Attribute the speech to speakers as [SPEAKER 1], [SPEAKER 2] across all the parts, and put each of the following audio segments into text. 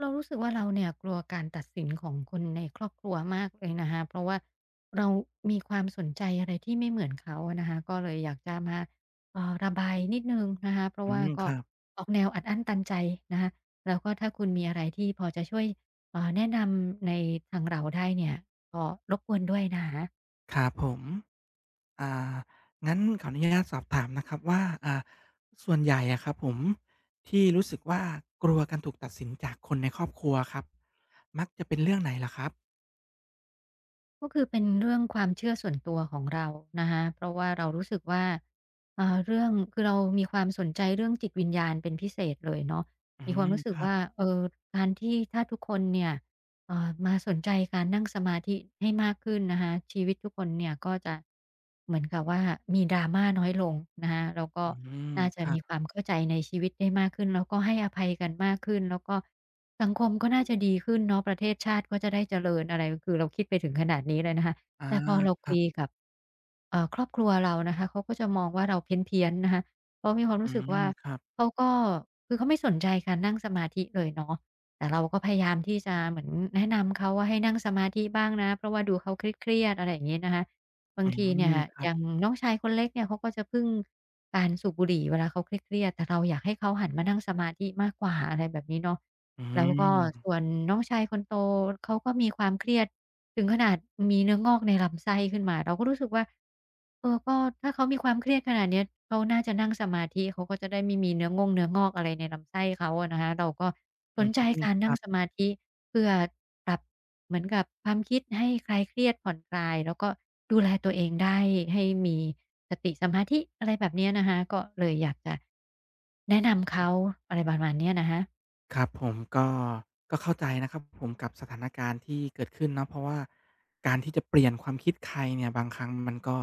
[SPEAKER 1] เรารู้สึกว่าเราเนี่ยกลัวการตัดสินของคนในครอบครัวมากเลยนะคะเพราะว่าเรามีความสนใจอะไรที่ไม่เหมือนเขาอะนะคะก็เลยอยากจะมาระบายนิดนึงนะคะเพราะ
[SPEAKER 2] อื
[SPEAKER 1] ว่า
[SPEAKER 2] มค
[SPEAKER 1] ก็
[SPEAKER 2] รับ
[SPEAKER 1] ออกแนวอัดอั้นตันใจนะคะแล้วก็ถ้าคุณมีอะไรที่พอจะช่วยแนะนำในทางเราได้เนี่ยก็รบกวนด้วยนะคะ
[SPEAKER 2] ครับผม อ่า งั้นขออนุญาตสอบถามนะครับว่าส่วนใหญ่อะครับผมที่รู้สึกว่ากลัวการถูกตัดสินจากคนในครอบครัวครับมักจะเป็นเรื่องไหนเหรอครับ
[SPEAKER 1] ก็คือเป็นเรื่องความเชื่อส่วนตัวของเรานะคะเพราะว่าเรารู้สึกว่าเรื่องคือเรามีความสนใจเรื่องจิตวิญญาณเป็นพิเศษเลยเนาะ
[SPEAKER 2] อื
[SPEAKER 1] มีควา
[SPEAKER 2] ม
[SPEAKER 1] มรู้สึ
[SPEAKER 2] ค
[SPEAKER 1] ก
[SPEAKER 2] รับ
[SPEAKER 1] ว่าเออการที่ถ้าทุกคนเนี่ยมาสนใจการนั่งสมาธิให้มากขึ้นนะคะชีวิตทุกคนเนี่ยก็จะ เหมือนกับว่ามี drama น้อยลงนะคะแล้วก็
[SPEAKER 2] อืม
[SPEAKER 1] น่า
[SPEAKER 2] ค
[SPEAKER 1] จะ
[SPEAKER 2] รั
[SPEAKER 1] มีค
[SPEAKER 2] บ
[SPEAKER 1] วามเข้าใจในชีวิตได้มากขึ้นแล้วก็ให้อภัยกันมากขึ้นแล้วก็ สังคมก็น่าจะดีขึ้นเนาะประเทศชาติก็จะได้เจริญอะไรคือเราคิดไปถึงขนาดนี้เลยนะคะ
[SPEAKER 2] อา
[SPEAKER 1] แต่พอเรา
[SPEAKER 2] ค
[SPEAKER 1] คุ
[SPEAKER 2] รับ
[SPEAKER 1] ยกับครอบครัวเรานะคะเขาก็จะมองว่าเราเพี้ยนๆนะคะเพราะมีความ
[SPEAKER 2] อื
[SPEAKER 1] รู้สึกว่า
[SPEAKER 2] มครับ
[SPEAKER 1] เขาก็คือเขาไม่สนใจการนั่งสมาธิเลยเนาะแต่เราก็พยายามที่จะเหมือนแนะนำเขาว่าให้นั่งสมาธิบ้างนะเพราะว่าดูเขาเครียดๆอะไรอย่างงี้นะคะบา
[SPEAKER 2] อื
[SPEAKER 1] งที
[SPEAKER 2] ม
[SPEAKER 1] เนี่ย
[SPEAKER 2] ครั
[SPEAKER 1] อ
[SPEAKER 2] บ
[SPEAKER 1] ย่างน้องชายคนเล็กเนี่ยเขาก็จะพึ่งการสูบบุหรี่เวลาเขาเครียดๆแต่เราอยากให้เขาหันมานั่งสมาธิมากกว่าอะไรแบบนี้เนาะ
[SPEAKER 2] อื
[SPEAKER 1] แล้วก็
[SPEAKER 2] ม
[SPEAKER 1] ส่วนน้องชายคนโตเขาก็มีความเครียดถึงขนาดมีเนื้องอกในลำไส้ขึ้นมาเราก็รู้สึกว่าเออก็ถ้าเขามีความเครียดขนาดเนี้ยเขาน่าจะนั่งสมาธิเขาก็จะได้ไม่มีเนื้องอกอะไรในลำไส้เขาอะนะคะเราก็ส
[SPEAKER 2] อื
[SPEAKER 1] นใจ
[SPEAKER 2] ม
[SPEAKER 1] การ
[SPEAKER 2] ค
[SPEAKER 1] นั่
[SPEAKER 2] รั
[SPEAKER 1] งส
[SPEAKER 2] บ
[SPEAKER 1] มาธิเพื่อปรับเหมือนกับความคิดให้คลายเครียดผ่อนคลายแล้วก็ดูแลตัวเองได้ให้มีสติสมาธิอะไรแบบเนี้ยนะคะก็เลยอยากจะแนะนำเขาอะไรประมาณเนี้ยนะคะ
[SPEAKER 2] ครับผมก็เข้าใจนะครับผมกับสถานการณ์ที่เกิดขึ้นเนาะเพราะว่าการที่จะเปลี่ยนความคิดใครเนี่ยบางครั้งมันก็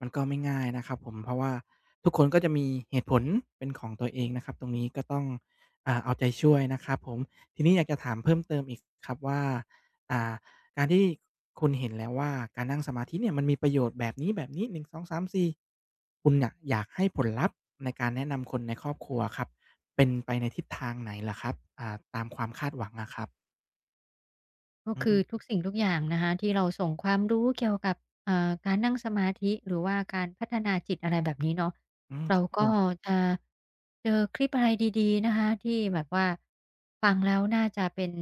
[SPEAKER 2] มันก็ไม่ง่ายนะครับผมเพราะว่าทุกคนก็จะมีเหตุผลเป็นของตัวเองนะครับตรงนี้ก็ต้องเอาใจช่วยนะครับผมทีนี้อยากจะถามเพิ่มเติมอีกครับว่าอ่าการที่คุณเห็นแล้วว่าการนั่งสมาธิเนี่ยมันมีประโยชน์แบบนี้ๆหนึ่งสองสามสี่ คุณเนี่ยอยากให้ผลลัพธ์ในการแนะนำคนในครอบครัวครับเป็นไปในทิศทางไหนล่ะครับตามความคาดหวังอะครับ
[SPEAKER 1] ก็
[SPEAKER 2] อื
[SPEAKER 1] คือทุ
[SPEAKER 2] ม
[SPEAKER 1] กสิ่งทุกอย่างนะคะที่เราส่งความรู้เกี่ยวกับการนั่งสมาธิหรือว่าการพัฒนาจิตอะไรแบบนี้เนาะ
[SPEAKER 2] อืมค
[SPEAKER 1] เรา
[SPEAKER 2] รับผ
[SPEAKER 1] ก็
[SPEAKER 2] ม
[SPEAKER 1] จะเจอคลิปอะไรดีๆนะคะที่แบบว่าฟังแล้วน่าจะเป็น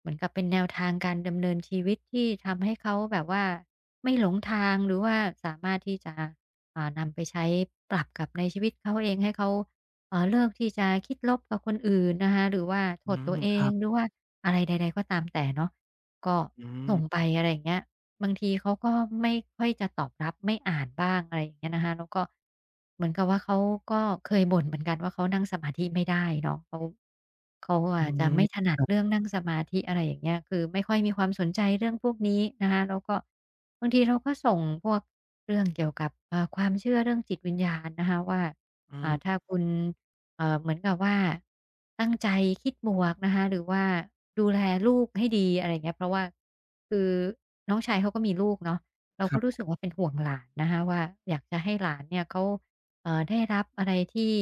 [SPEAKER 1] เหมือนกับเป็นแนวทางการดำเนินชีวิตที่ทำให้เขาแบบว่าไม่หลงทางหรือว่าสามารถที่จะนำไปใช้ปรับกับในชีวิตเขาเองให้เขาเลิกที่จะคิดลบกับคนอื่นนะคะหรือว่าโท
[SPEAKER 2] อื
[SPEAKER 1] ษตัว
[SPEAKER 2] ม
[SPEAKER 1] เอ
[SPEAKER 2] ครั
[SPEAKER 1] งห
[SPEAKER 2] บ
[SPEAKER 1] รือว่าอะไรใดๆก็ตามแต่เนาะ ก็
[SPEAKER 2] อืม
[SPEAKER 1] ส่งไปอะไรอย่างเงี้ยบางทีเขาก็ไม่ค่อยจะตอบรับไม่อ่านบ้างอะไรอย่างเงี้ยนะคะแล้วก็เหมือนกับว่าเขาก็เคยบ่นเหมือนกันว่าเขานั่งสมาธิไม่ได้เนาะเขา
[SPEAKER 2] อื
[SPEAKER 1] อาจจะไม่
[SPEAKER 2] ม
[SPEAKER 1] ถนัดเรื่องนั่งสมาธิอะไรอย่างเงี้ยคือไม่ค่อยมีความสนใจเรื่องพวกนี้นะคะแล้วก็บางทีเราก็ส่งพวกเรื่องเกี่ยวกับความเชื่อเรื่องจิตวิญญาณนะคะว่า
[SPEAKER 2] อื
[SPEAKER 1] ถ้า
[SPEAKER 2] ม
[SPEAKER 1] คุณ เหมือนกับว่าตั้งใจคิดบวกนะคะหรือว่าดูแลลูกให้ดีอะไรอย่างเงี้ยเพราะว่าคือน้องชายเขาก็มีลูกเนาะเรา
[SPEAKER 2] ค
[SPEAKER 1] ก็รู้
[SPEAKER 2] รับ
[SPEAKER 1] สึกว่าเป็นห่วงหลานนะคะว่าอยากจะให้หลานเนี่ยเขาได้รับอะไรที่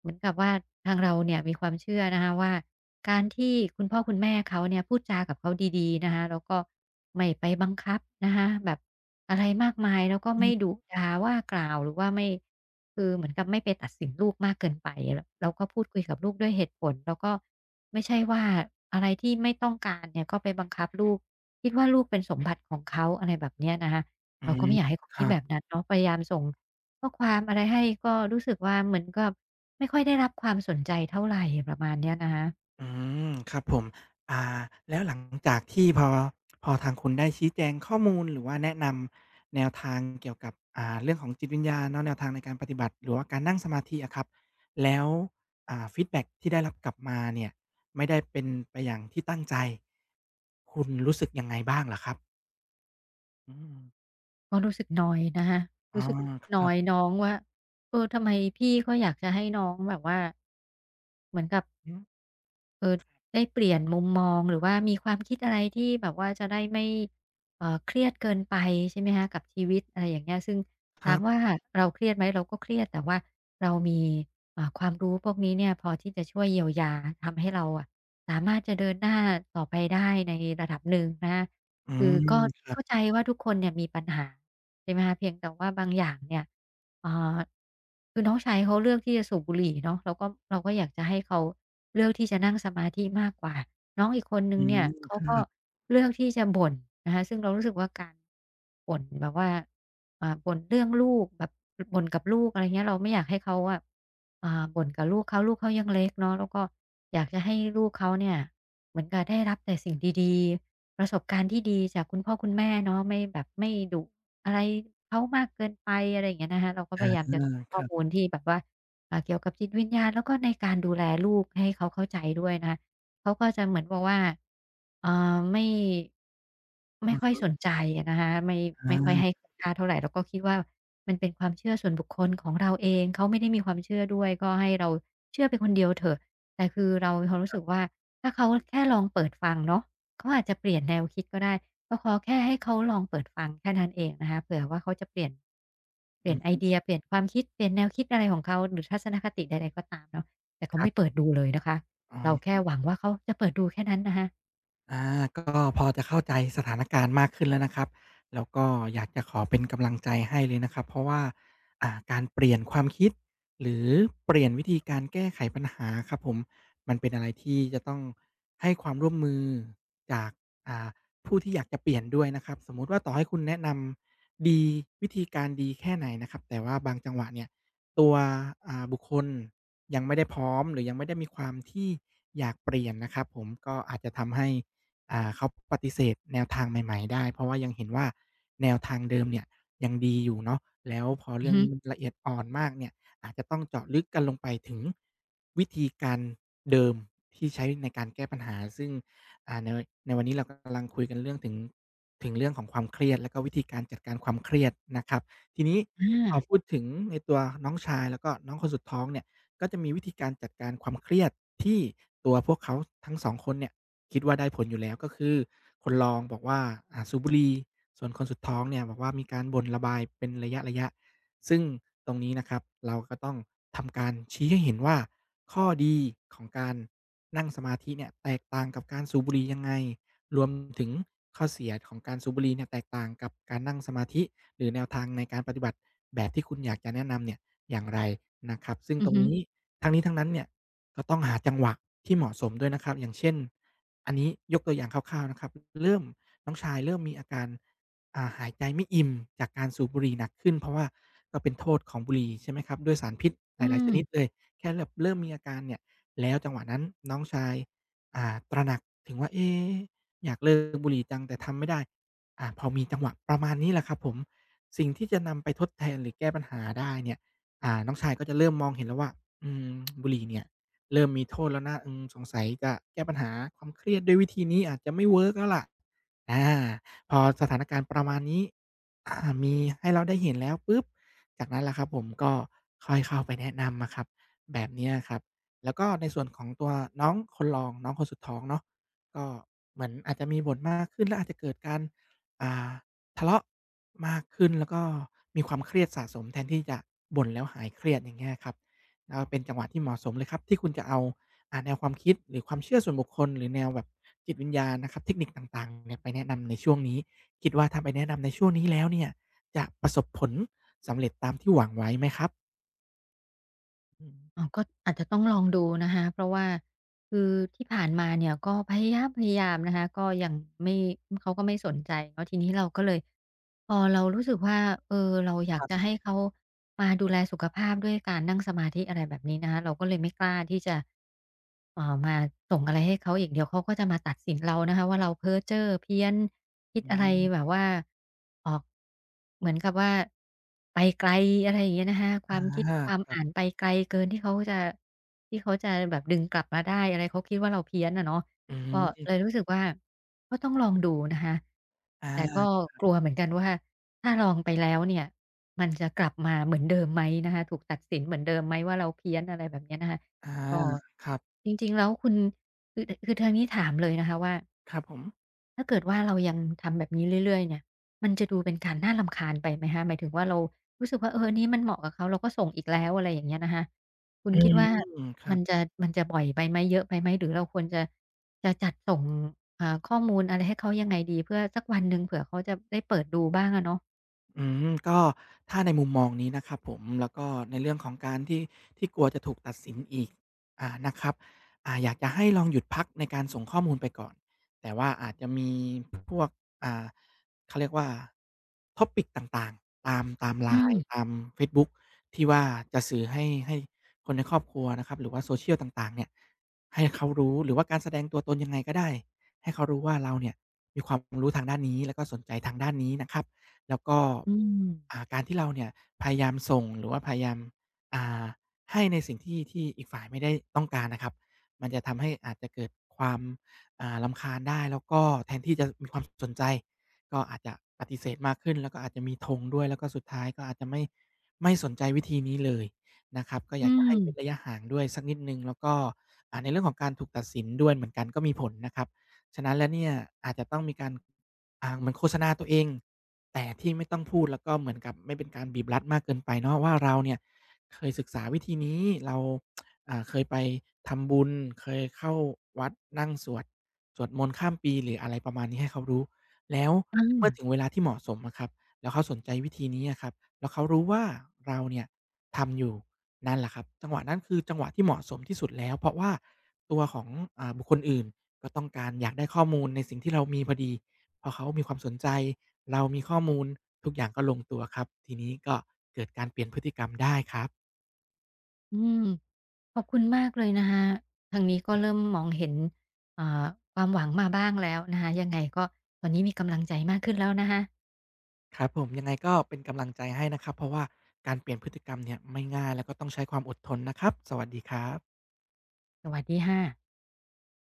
[SPEAKER 1] เหมือนกับว่าทางเราเนี่ยมีความเชื่อนะคะว่าการที่คุณพ่อคุณแม่เขาเนี่ยพูดจากับเขาดีๆนะคะแล้วก็ไม่ไปบังคับนะคะแบบอะไรมากมายแล้วก็ไม่ดุด่าว่ากล่าวหรือว่าไม่ คือเหมือนกับไม่ไปตัดสินลูกมากเกินไปแล้วเราก็พูดคุยกับลูกด้วยเหตุผลแล้วก็ไม่ใช่ว่าอะไรที่ไม่ต้องการเนี่ยก็ไปบังคับลูกคิดว่าลูกเป็นสมบัติของเขาอะไรแบบเนี้ยนะคะ
[SPEAKER 2] อื
[SPEAKER 1] เราก็
[SPEAKER 2] ม
[SPEAKER 1] ไม่อยากให้เขา
[SPEAKER 2] ค
[SPEAKER 1] คิ
[SPEAKER 2] รั
[SPEAKER 1] ดแบบ
[SPEAKER 2] บ
[SPEAKER 1] นั้นเนาะพยายามส่งข้อความอะไรให้ก็รู้สึกว่าเหมือนกับไม่ค่อยได้รับความสนใจเท่าไรประมาณเนี้ยนะคะ
[SPEAKER 2] อืมครับผมอ่าแล้วหลังจากที่พอทางคุณได้ชี้แจงข้อมูลหรือว่าแนะนำแนวทางเกี่ยวกับเรื่องของจิตวิญญาณเนาะแนวทางในการปฏิบัติหรือว่าการนั่งสมาธิอะครับแล้วฟีดแบ็กที่ได้รับกลับมาเนี่ยไม่ได้เป็นไปอย่างที่ตั้งใจคุณรู้สึกยังไงบ้างเหรอครับอืม
[SPEAKER 1] ก็รู้สึกนอยนะคะ
[SPEAKER 2] อ๋อ
[SPEAKER 1] รู้สึกน
[SPEAKER 2] ค
[SPEAKER 1] อ
[SPEAKER 2] รับ
[SPEAKER 1] ยน้องว่าเออทำไมพี่ก็อยากจะให้น้องแบบว่าเหมือนกับ
[SPEAKER 2] อืม
[SPEAKER 1] เออได้เปลี่ยนมุมมองหรือว่ามีความคิดอะไรที่แบบว่าจะได้ไม่เครียดเกินไปใช่ไหมคะกับชีวิตอะไรอย่างเงี้ยซึ่ง
[SPEAKER 2] ค
[SPEAKER 1] ถา
[SPEAKER 2] รั
[SPEAKER 1] ม
[SPEAKER 2] บ
[SPEAKER 1] ว่าเราเครียดไหมเราก็เครียดแต่ว่าเรามีความรู้พวกนี้เนี่ยพอที่จะช่วยเยียวยาทำให้เราอะสามารถจะเดินหน้าต่อไปได้ในระดับหนึ่งนะคะ
[SPEAKER 2] อื
[SPEAKER 1] คือ
[SPEAKER 2] ม
[SPEAKER 1] ก็
[SPEAKER 2] ครับ
[SPEAKER 1] เข้าใจว่าทุกคนเนี่ยมีปัญหา ใช่ไหมคะเพียงแต่ว่าบางอย่างเนี่ยเอ่อคือน้องชายเขาเลือกที่จะสูบบุหรี่เนาะเราก็อยากจะให้เขาเลือกที่จะนั่งสมาธิมากกว่าน้องอีกคนหนึ่
[SPEAKER 2] อื
[SPEAKER 1] งเนี่ย
[SPEAKER 2] ม
[SPEAKER 1] เขา
[SPEAKER 2] ครั
[SPEAKER 1] ก็
[SPEAKER 2] บ
[SPEAKER 1] เลือกที่จะบ่นนะคะซึ่งเรารู้สึกว่าการบ่นแบบว่าบ่นเรื่องลูกแบบบ่นกับลูกอะไรเงี้ยเราไม่อยากให้เขาอะอ่าบ่นกับลูกเขาลูกเขายังเล็กเนาะแล้วก็อยากจะให้ลูกเขาเนี่ยเหมือนกับได้รับแต่สิ่งดีๆ ประสบการณ์ที่ดีจากคุณพ่อคุณแม่เนาะไม่แบบไม่ดุอะไรเขามากเกินไปอะไรอย่างเงี้ยนะคะเราก็พ
[SPEAKER 2] อา
[SPEAKER 1] ยายามจะ
[SPEAKER 2] ค
[SPEAKER 1] ข้อ
[SPEAKER 2] รั
[SPEAKER 1] มูล
[SPEAKER 2] บ
[SPEAKER 1] ที่แบบว่าเกี่ยวกับจิตวิญญาณแล้วก็ในการดูแลลูกให้เขาเข้าใจด้วยนะคะเขาก็จะเหมือนบอกว่าเอ่อไม่
[SPEAKER 2] อื
[SPEAKER 1] ไม่
[SPEAKER 2] อ
[SPEAKER 1] ค่อยส
[SPEAKER 2] ฮึ
[SPEAKER 1] นใจอะนะคะไม่ค่อย
[SPEAKER 2] อา
[SPEAKER 1] ให้คุณค่าเท่าไรแล้วก็คิดว่ามันเป็นความเชื่อส่วนบุคคลของเราเองเขาไม่ได้มีความเชื่อด้วยก็ให้เราเชื่อไปคนเดียวเถอะแต่คือเรามีความรู้สึกว่าถ้าเขาแค่ลองเปิดฟังเนาะ เขาอาจจะเปลี่ยนแนวคิดก็ได้ก็ขอแค่ให้เขาลองเปิดฟังแค่นั้นเองนะคะเผื่อว่าเขาจะเปลี่ยนเป
[SPEAKER 2] อื
[SPEAKER 1] ลี่ยนไอ
[SPEAKER 2] ม
[SPEAKER 1] เดียเปลี่ยนความคิดเปลี่ยนแนวคิดอะไรของเขาหรือทัศนคติใดๆก็ตามเนาะแต่
[SPEAKER 2] ค
[SPEAKER 1] เขา
[SPEAKER 2] รั
[SPEAKER 1] ไม่
[SPEAKER 2] บ
[SPEAKER 1] เปิดดูเลยนะคะ
[SPEAKER 2] อ๋
[SPEAKER 1] เราแค่
[SPEAKER 2] อ
[SPEAKER 1] หวังว่าเขาจะเปิดดูแค่นั้นนะคะ
[SPEAKER 2] อาก็พอจะเข้าใจสถานการณ์มากขึ้นแล้วนะครับแล้วก็อยากจะขอเป็นกำลังใจให้เลยนะครับเพราะว่าการเปลี่ยนความคิดหรือเปลี่ยนวิธีการแก้ไขปัญหาครับผมมันเป็นอะไรที่จะต้องให้ความร่วมมือจากอ่าผู้ที่อยากจะเปลี่ยนด้วยนะครับสมมุติว่าต่อให้คุณแนะนำดีวิธีการดีแค่ไหนนะครับแต่ว่าบางจังหวะเนี่ยตัวบุคคลยังไม่ได้พร้อมหรือยังไม่ได้มีความที่อยากเปลี่ยนนะครับผมก็อาจจะทำให้ เขาปฏิเสธแนวทางใหม่ๆได้เพราะว่ายังเห็นว่าแนวทางเดิมเนี่ยยังดีอยู่เนาะแล้วพอ
[SPEAKER 1] อื
[SPEAKER 2] เรื่
[SPEAKER 1] อ
[SPEAKER 2] อง
[SPEAKER 1] ฮึ
[SPEAKER 2] นี้มันละเอียดอ่อนมากเนี่ยอาจจะต้องเจาะลึกกันลงไปถึงวิธีการเดิมที่ใช้ในการแก้ปัญหาซึ่งอ่าในในวันนี้เรากำลังคุยกันเรื่องถึงเรื่องของความเครียดแล้วก็วิธีการจัดการความเครียดนะครับทีนี้
[SPEAKER 1] อ
[SPEAKER 2] พอพู
[SPEAKER 1] า
[SPEAKER 2] ดถึงในตัวน้องชายแล้วก็น้องคนสุดท้องเนี่ยก็จะมีวิธีการจัดการความเครียดที่ตัวพวกเขาทั้งสองคนเนี่ย คิดว่าได้ผลอยู่แล้วก็คือคนรองบอกว่าสูบบุหรี่ส่วนคนสุดท้องเนี่ยบอกว่ามีการบ่นระบายเป็นระยะๆซึ่งตรงนี้นะครับเราก็ต้องทำการชี้ให้เห็นว่าข้อดีของการนั่งสมาธิเนี่ยแตกต่างกับการสูบบุหรี่ยังไงรวมถึงข้อเสียของการสูบบุหรี่เนี่ยแตกต่างกับการนั่งสมาธิหรือแนวทางในการปฏิบัติแบบที่คุณอยากจะแนะนำเนี่ยอย่างไรนะครับซึ่ง
[SPEAKER 1] อื
[SPEAKER 2] ต
[SPEAKER 1] อ
[SPEAKER 2] รง
[SPEAKER 1] ฮึ
[SPEAKER 2] นี้ทั้งนี้ทั้งนั้นเนี่ยก็ต้องหาจังหวะที่เหมาะสมด้วยนะครับอย่างเช่น อันนี้ยกตัวอย่างคร่าวๆนะครับเริ่มน้องชายเริ่มมีอาการหายใจไม่อิ่มจากการสูบบุหรี่หนักขึ้นเพราะว่าก็เป็นโทษของบุหรี่ใช่ไหมครับด้วยสารพิษห
[SPEAKER 1] อื
[SPEAKER 2] ลายๆชนิด
[SPEAKER 1] ม
[SPEAKER 2] เลยแค่แบบเริ่มมีอาการเนี่ยแล้วจังหวะนั้นน้องชายตระหนักถึงว่าเอ๊อยากเลิกบุหรี่จังแต่ทำไม่ได้พอมีจังหวะประมาณนี้แหละครับผมสิ่งที่จะนำไปทดแทนหรือแก้ปัญหาได้เนี่ยน้องชายก็จะเริ่มมองเห็นแล้วว่าอืมบุหรี่เนี่ย เริ่มมีโทษแล้วนะอืมสงสัยจะแก้ปัญหาความเครียดด้วยวิธีนี้อาจจะไม่เวิร์กแล้วล่ะอาพอสถานการณ์ประมาณนี้อ่ามีให้เราได้เห็นแล้วปุ๊บ จากนั้นล่ะครับผมก็ค่อยเข้าไปแนะนำอะครับแบบเนี้ยครับ แล้วก็ในส่วนของตัวน้องคนรองน้องคนสุดท้องเนาะก็เหมือนอาจจะมีบ่นมากขึ้นและอาจจะเกิดการอ่าทะเลาะมากขึ้นแล้วก็มีความเครียดสะสมแทนที่จะบ่นแล้วหายเครียดอย่างเงี้ยครับ แล้วเป็นจังหวะที่เหมาะสมเลยครับที่คุณจะเอาแนวความคิดหรือความเชื่อส่วนบุคคลหรือแนวแบบจิตวิญญาณนะครับเทคนิคต่างๆเนี่ยไปแนะนำในช่วงนี้คิดว่าถ้าไปแนะนำในช่วงนี้แล้วเนี่ยจะประสบผลสำเร็จตามที่หวังไว้ไหมครับอืม
[SPEAKER 1] อ๋อก็อาจจะต้องลองดูนะคะเพราะว่าคือที่ผ่านมาเนี่ยก็พยายามนะคะก็ยังไม่เขาก็ไม่สนใจเนาะทีนี้เราก็เลยพอเรารู้สึกว่าเออเราอยา
[SPEAKER 2] ค
[SPEAKER 1] ก
[SPEAKER 2] รั
[SPEAKER 1] จะ
[SPEAKER 2] บ
[SPEAKER 1] ให้เขามาดูแลสุขภาพด้วยการนั่งสมาธิอะไรแบบนี้นะคะเราก็เลยไม่กล้าที่จะมาส่งอะไรให้เขาอีกเดี๋ยวเขาก็จะมาตัดสินเรานะคะว่าเราเพ้อเจ้อเพี้ยนคิด
[SPEAKER 2] อื
[SPEAKER 1] อะไรแบบ
[SPEAKER 2] ม
[SPEAKER 1] ว่าออก เหมือนกับว่าไปไกลอะไรอย่างเงี้ยนะคะค
[SPEAKER 2] อา
[SPEAKER 1] วามคิดความ
[SPEAKER 2] ครั
[SPEAKER 1] อ่าน
[SPEAKER 2] บ
[SPEAKER 1] ไปไกลเกินที่เขาจะแบบดึงกลับมาได้อะไรเขาคิดว่าเราเพี้ยนอะเนาะ
[SPEAKER 2] อื
[SPEAKER 1] ก็เลย
[SPEAKER 2] ม
[SPEAKER 1] รู้สึกว่าก็ต้องลองดูนะคะ
[SPEAKER 2] อา
[SPEAKER 1] แต่ก็กลัวเหมือนกันว่าถ้าลองไปแล้วเนี่ยมันจะกลับมาเหมือนเดิมไหมนะคะถูกตัดสินเหมือนเดิมไหมว่าเราเพี้ยนอะไรแบบเนี้ยนะคะก็
[SPEAKER 2] ๆครับ
[SPEAKER 1] จริงๆแล้วคุณคือทางนี้ถามเลยนะคะว่า
[SPEAKER 2] ครับผม
[SPEAKER 1] ถ้าเกิดว่าเรายังทำแบบนี้เรื่อยๆเนี่ยมันจะดูเป็นการน่ารำคาญไปไหมคะหมายถึงว่าเรารู้สึกว่าเออนนี้มันเหมาะกับเขาเราก็ส่งอีกแล้วอะไรอย่างเงี้ยนะคะคุณ
[SPEAKER 2] อื
[SPEAKER 1] คิดว่า
[SPEAKER 2] มครั
[SPEAKER 1] มัน
[SPEAKER 2] บ
[SPEAKER 1] จะมันจะบ่อยไปไหมเยอะไปไหมหรือเราควรจะจัดส่งข้อมูลอะไรให้เขายังไงดีเพื่อสักวันหนึ่งเผื่อเขาจะได้เปิดดูบ้างอะเนาะ
[SPEAKER 2] อืมก็ถ้าในมุมมองนี้นะครับผมแล้วก็ในเรื่องของการที่กลัวจะถูกตัดสินอีกนะครับอยากจะให้ลองหยุดพักในการส่งข้อมูลไปก่อนแต่ว่าอาจจะมีพวกอ่าเขาเรียกว่า topic ต่างๆตามอืม
[SPEAKER 1] อืม
[SPEAKER 2] LINE ตามเฟซบุ๊กที่ว่าจะสื่อให้คนในครอบครัวนะครับหรือว่า Social ต่างๆเนี่ยให้เขารู้หรือว่าการแสดงตัวตนยังไงก็ได้ให้เขารู้ว่าเราเนี่ยมีความรู้ทางด้านนี้แล้วก็สนใจทางด้านนี้นะครับ แล้วก็
[SPEAKER 1] อืม
[SPEAKER 2] การที่เราเนี่ยพยายามส่งหรือว่าพยายามอ่าให้ในสิ่งที่อีกฝ่ายไม่ได้ต้องการนะครับมันจะทำให้อาจจะเกิดความรำคาญได้แล้วก็แทนที่จะมีความสนใจก็อาจจะปฏิเสธมากขึ้นแล้วก็อาจจะมีทงด้วยแล้วก็สุดท้ายก็อาจจะไม่สนใจวิธีนี้เลยนะครับก็อ
[SPEAKER 1] อื
[SPEAKER 2] ยากจะให้เว้นระยะ
[SPEAKER 1] ม
[SPEAKER 2] ห่างด้วยสักนิดหนึ่งแล้วก็ในเรื่องของการถูกตัดสินด้วยเหมือนกันก็มีผลนะครับฉะนั้นแล้วเนี่ยอาจจะต้องมีการเหมือนโฆษณาตัวเอง แต่ที่ไม่ต้องพูดแล้วก็เหมือนกับไม่เป็นการบีบรัดมากเกินไปเนาะว่าเราเนี่ยเคยศึกษาวิธีนี้เราเคยไปทำบุญเคยเข้าวัดนั่งสวดสวดมนต์ข้ามปีหรืออะไรประมาณนี้ให้เขารู้แล้ว
[SPEAKER 1] อา
[SPEAKER 2] เมื่อถึงเวลาที่เหมาะสมอะครับแล้วเขาสนใจวิธีนี้อะครับแล้วเขารู้ว่าเราเนี่ยทำอยู่นั่นแหละครับจังหวะนั้นคือจังหวะที่เหมาะสมที่สุดแล้วเพราะว่าตัวของบุคคลอื่น ก็ต้องการอยากได้ข้อมูลในสิ่งที่เรามีพอดีพอเขามีความสนใจเรามีข้อมูลทุกอย่างก็ลงตัวครับทีนี้ก็เกิดการเปลี่ยนพฤติกรรมได้ครับ
[SPEAKER 1] อืมขอบคุณมากเลยนะคะทางนี้ก็เริ่มมองเห็นอ่าความหวังมาบ้างแล้วนะคะยังไงก็ตอนนี้มีกำลังใจมากขึ้นแล้วนะคะ
[SPEAKER 2] ครับผมยังไงก็เป็นกำลังใจให้นะครับเพราะว่าการเปลี่ยนพฤติกรรมเนี่ยไม่ง่ายแล้วก็ต้องใช้ความอดทนนะครับสวัสดีครับ
[SPEAKER 1] สวัสดีค่ะ